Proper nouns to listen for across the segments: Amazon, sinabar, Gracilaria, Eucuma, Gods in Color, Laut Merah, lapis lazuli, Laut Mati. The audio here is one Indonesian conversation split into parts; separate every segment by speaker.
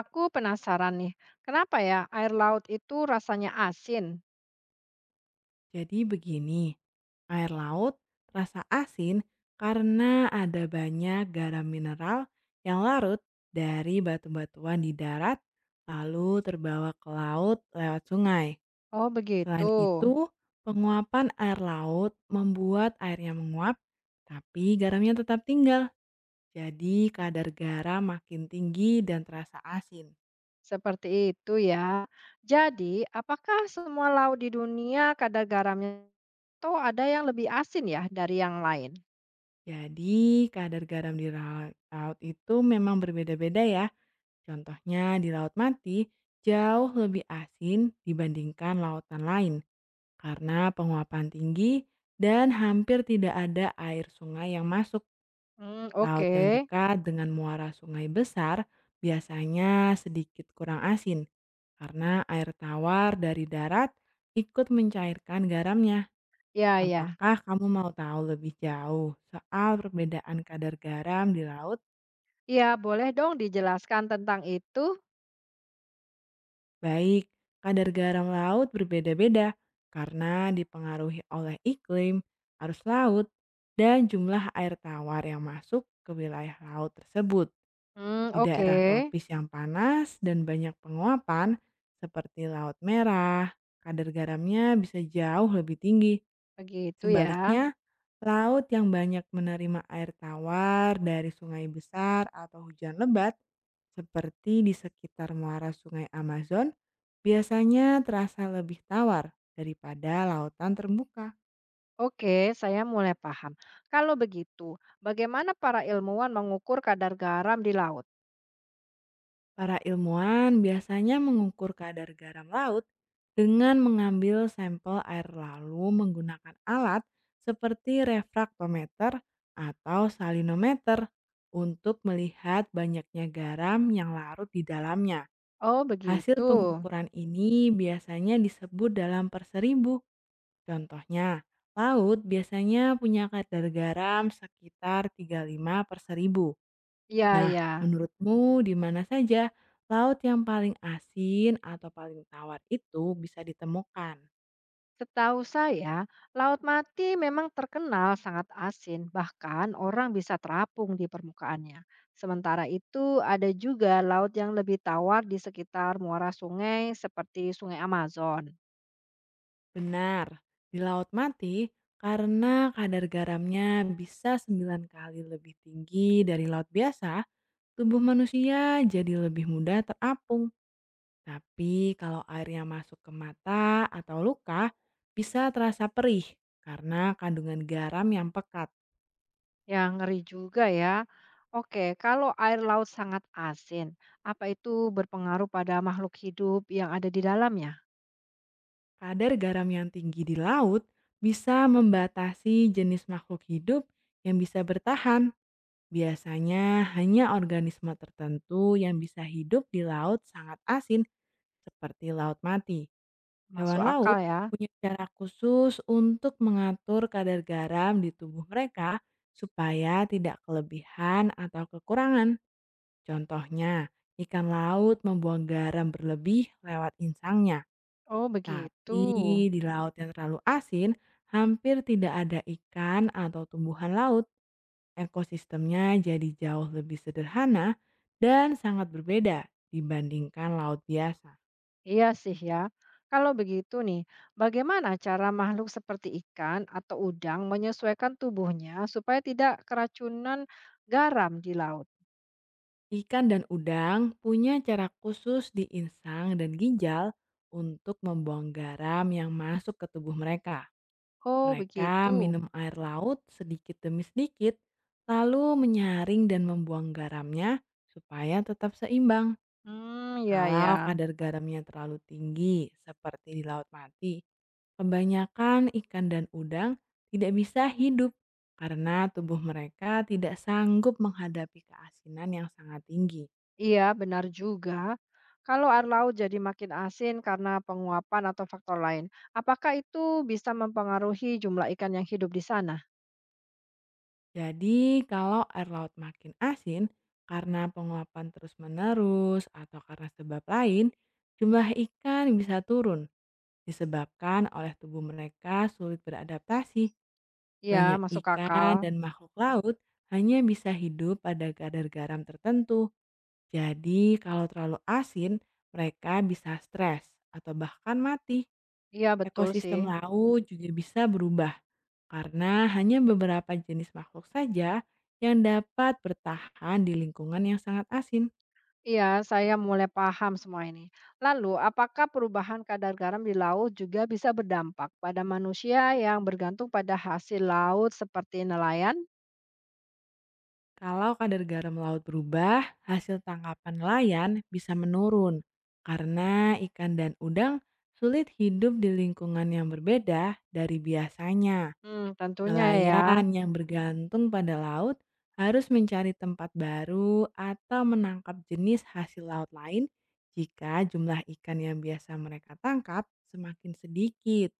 Speaker 1: Aku penasaran nih, kenapa ya air laut itu rasanya asin?
Speaker 2: Jadi begini, air laut terasa asin karena ada banyak garam mineral yang larut dari batu-batuan di darat lalu terbawa ke laut lewat sungai.
Speaker 1: Oh, begitu.
Speaker 2: Selain itu, penguapan air laut membuat airnya menguap, tapi garamnya tetap tinggal. Jadi kadar garam makin tinggi dan terasa asin.
Speaker 1: Seperti itu ya. Jadi, apakah semua laut di dunia kadar garamnya itu ada yang lebih asin ya dari yang lain?
Speaker 2: Jadi kadar garam di laut itu memang berbeda-beda, ya. Contohnya di Laut Mati jauh lebih asin dibandingkan lautan lain karena penguapan tinggi dan hampir tidak ada air sungai yang masuk.
Speaker 1: Hmm,
Speaker 2: Laut
Speaker 1: oke.
Speaker 2: yang dekat dengan muara sungai besar biasanya sedikit kurang asin karena air tawar dari darat ikut mencairkan garamnya.
Speaker 1: Ya, ya.
Speaker 2: Apakah kamu mau tahu lebih jauh soal perbedaan kadar garam di laut?
Speaker 1: Ya, boleh dong dijelaskan tentang itu?
Speaker 2: Baik, kadar garam laut berbeda-beda karena dipengaruhi oleh iklim, arus laut, dan jumlah air tawar yang masuk ke wilayah laut tersebut.
Speaker 1: Hmm,
Speaker 2: Di
Speaker 1: oke.
Speaker 2: daerah tropis yang panas dan banyak penguapan, seperti Laut Merah, kadar garamnya bisa jauh lebih tinggi.
Speaker 1: Begitu ya.
Speaker 2: Sebaliknya, laut yang banyak menerima air tawar dari sungai besar atau hujan lebat, seperti di sekitar muara sungai Amazon, biasanya terasa lebih tawar daripada lautan terbuka.
Speaker 1: Oke, saya mulai paham. Kalau begitu, bagaimana para ilmuwan mengukur kadar garam di laut?
Speaker 2: Para ilmuwan biasanya mengukur kadar garam laut dengan mengambil sampel air lalu menggunakan alat seperti refraktometer atau salinometer untuk melihat banyaknya garam yang larut di dalamnya.
Speaker 1: Oh,
Speaker 2: Hasil
Speaker 1: begitu.
Speaker 2: pengukuran ini biasanya disebut dalam perseribu. Contohnya, laut biasanya punya kadar garam sekitar 35 perseribu.
Speaker 1: Ya,
Speaker 2: Nah,
Speaker 1: ya.
Speaker 2: menurutmu di mana saja laut yang paling asin atau paling tawar itu bisa ditemukan?
Speaker 1: Setahu saya, Laut Mati memang terkenal sangat asin, bahkan orang bisa terapung di permukaannya. Sementara itu, ada juga laut yang lebih tawar di sekitar muara sungai seperti Sungai Amazon.
Speaker 2: Benar, di Laut Mati karena kadar garamnya bisa 9 kali lebih tinggi dari laut biasa, tubuh manusia jadi lebih mudah terapung. Tapi kalau airnya masuk ke mata atau luka, bisa terasa perih karena kandungan garam yang pekat.
Speaker 1: Yang ngeri juga ya. Oke, kalau air laut sangat asin, apa itu berpengaruh pada makhluk hidup yang ada di dalamnya?
Speaker 2: Kadar garam yang tinggi di laut bisa membatasi jenis makhluk hidup yang bisa bertahan. Biasanya hanya organisme tertentu yang bisa hidup di laut sangat asin seperti laut mati.
Speaker 1: Masuk
Speaker 2: Hewan laut
Speaker 1: akal ya.
Speaker 2: punya cara khusus untuk mengatur kadar garam di tubuh mereka supaya tidak kelebihan atau kekurangan. Contohnya, ikan laut membuang garam berlebih lewat insangnya.
Speaker 1: Oh, begitu.
Speaker 2: Tapi di laut yang terlalu asin, hampir tidak ada ikan atau tumbuhan laut. Ekosistemnya jadi jauh lebih sederhana dan sangat berbeda dibandingkan laut biasa.
Speaker 1: Iya sih ya. Kalau begitu nih, bagaimana cara makhluk seperti ikan atau udang menyesuaikan tubuhnya supaya tidak keracunan garam di laut?
Speaker 2: Ikan dan udang punya cara khusus di insang dan ginjal untuk membuang garam yang masuk ke tubuh mereka.
Speaker 1: Oh,
Speaker 2: Mereka
Speaker 1: begitu.
Speaker 2: minum air laut sedikit demi sedikit, lalu menyaring dan membuang garamnya supaya tetap seimbang.
Speaker 1: Hmm, ya
Speaker 2: Kalau
Speaker 1: ya.
Speaker 2: kadar garamnya terlalu tinggi, seperti di laut mati, kebanyakan ikan dan udang tidak bisa hidup karena tubuh mereka tidak sanggup menghadapi keasinan yang sangat tinggi.
Speaker 1: Iya, benar juga. Kalau air laut jadi makin asin karena penguapan atau faktor lain, apakah itu bisa mempengaruhi jumlah ikan yang hidup di sana?
Speaker 2: Jadi, kalau air laut makin asin karena penguapan terus-menerus atau karena sebab lain, jumlah ikan bisa turun disebabkan oleh tubuh mereka sulit beradaptasi.
Speaker 1: Iya,
Speaker 2: Banyak
Speaker 1: masuk akal.
Speaker 2: ikan dan makhluk laut hanya bisa hidup pada kadar garam tertentu. Jadi, kalau terlalu asin, mereka bisa stres atau bahkan mati.
Speaker 1: Iya, betul sih.
Speaker 2: Ekosistem laut juga bisa berubah karena hanya beberapa jenis makhluk saja yang dapat bertahan di lingkungan yang sangat asin.
Speaker 1: Iya, saya mulai paham semua ini. Lalu, apakah perubahan kadar garam di laut juga bisa berdampak pada manusia yang bergantung pada hasil laut seperti nelayan?
Speaker 2: Kalau kadar garam laut berubah, hasil tangkapan nelayan bisa menurun karena ikan dan udang sulit hidup di lingkungan yang berbeda dari biasanya.
Speaker 1: Hmm, tentunya ya.
Speaker 2: Nelayan yang bergantung pada laut harus mencari tempat baru atau menangkap jenis hasil laut lain jika jumlah ikan yang biasa mereka tangkap semakin sedikit.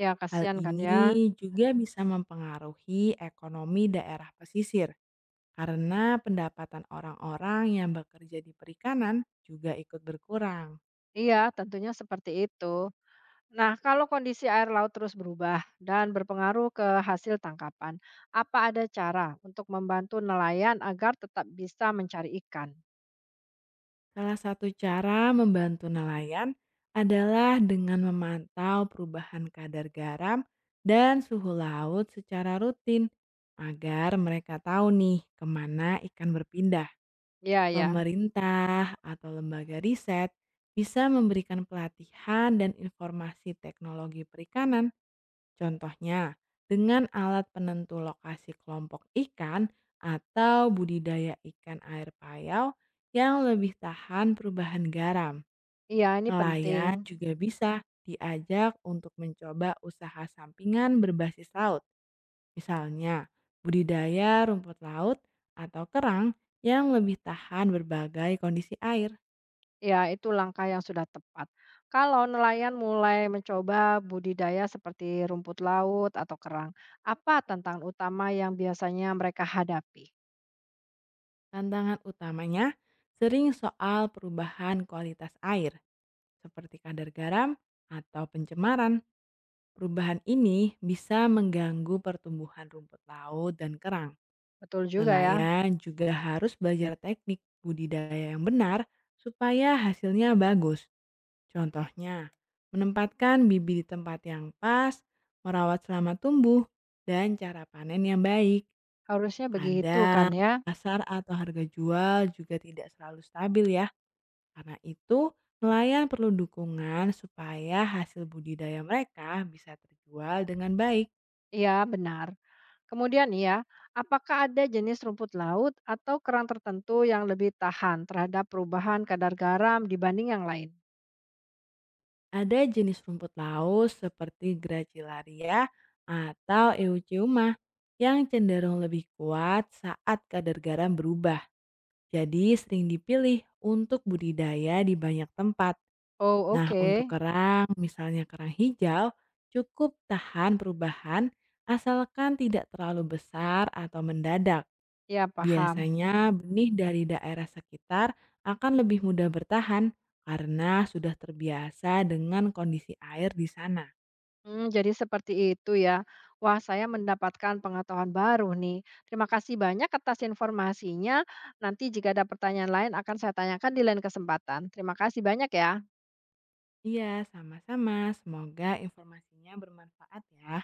Speaker 1: Ya,
Speaker 2: Hal
Speaker 1: kasihan kan
Speaker 2: ini
Speaker 1: ya.
Speaker 2: juga bisa mempengaruhi ekonomi daerah pesisir karena pendapatan orang-orang yang bekerja di perikanan juga ikut berkurang.
Speaker 1: Iya, tentunya seperti itu. Nah, kalau kondisi air laut terus berubah dan berpengaruh ke hasil tangkapan, apa ada cara untuk membantu nelayan agar tetap bisa mencari ikan?
Speaker 2: Salah satu cara membantu nelayan adalah dengan memantau perubahan kadar garam dan suhu laut secara rutin agar mereka tahu nih kemana ikan berpindah.
Speaker 1: Iya, ya.
Speaker 2: Pemerintah atau lembaga riset bisa memberikan pelatihan dan informasi teknologi perikanan. Contohnya, dengan alat penentu lokasi kelompok ikan atau budidaya ikan air payau yang lebih tahan perubahan garam.
Speaker 1: Iya, ini penting.
Speaker 2: Nelayan juga bisa diajak untuk mencoba usaha sampingan berbasis laut. Misalnya, budidaya rumput laut atau kerang yang lebih tahan berbagai kondisi air.
Speaker 1: Ya, itu langkah yang sudah tepat. Kalau nelayan mulai mencoba budidaya seperti rumput laut atau kerang, apa tantangan utama yang biasanya mereka hadapi?
Speaker 2: Tantangan utamanya sering soal perubahan kualitas air, seperti kadar garam atau pencemaran. Perubahan ini bisa mengganggu pertumbuhan rumput laut dan kerang.
Speaker 1: Betul juga ya,
Speaker 2: Nelayan juga harus belajar teknik budidaya yang benar supaya hasilnya bagus. Contohnya, menempatkan bibit di tempat yang pas, merawat selama tumbuh, dan cara panen yang baik.
Speaker 1: harusnya begitu kan
Speaker 2: Kadang
Speaker 1: ya?
Speaker 2: pasar atau harga jual juga tidak selalu stabil, ya. Karena itu, nelayan perlu dukungan supaya hasil budidaya mereka bisa terjual dengan baik.
Speaker 1: Iya, benar. Kemudian ya, apakah ada jenis rumput laut atau kerang tertentu yang lebih tahan terhadap perubahan kadar garam dibanding yang lain?
Speaker 2: Ada jenis rumput laut seperti Gracilaria atau Eucuma yang cenderung lebih kuat saat kadar garam berubah. Jadi sering dipilih untuk budidaya di banyak tempat.
Speaker 1: Oh,
Speaker 2: Nah,
Speaker 1: oke.
Speaker 2: untuk kerang, misalnya kerang hijau, cukup tahan perubahan asalkan tidak terlalu besar atau mendadak.
Speaker 1: Ya, paham.
Speaker 2: Biasanya benih dari daerah sekitar akan lebih mudah bertahan karena sudah terbiasa dengan kondisi air di sana.
Speaker 1: Mmm, jadi seperti itu ya. Wah, saya mendapatkan pengetahuan baru nih. Terima kasih banyak atas informasinya. Nanti jika ada pertanyaan lain akan saya tanyakan di lain kesempatan. Terima kasih banyak ya.
Speaker 2: Iya, sama-sama. Semoga informasinya bermanfaat ya.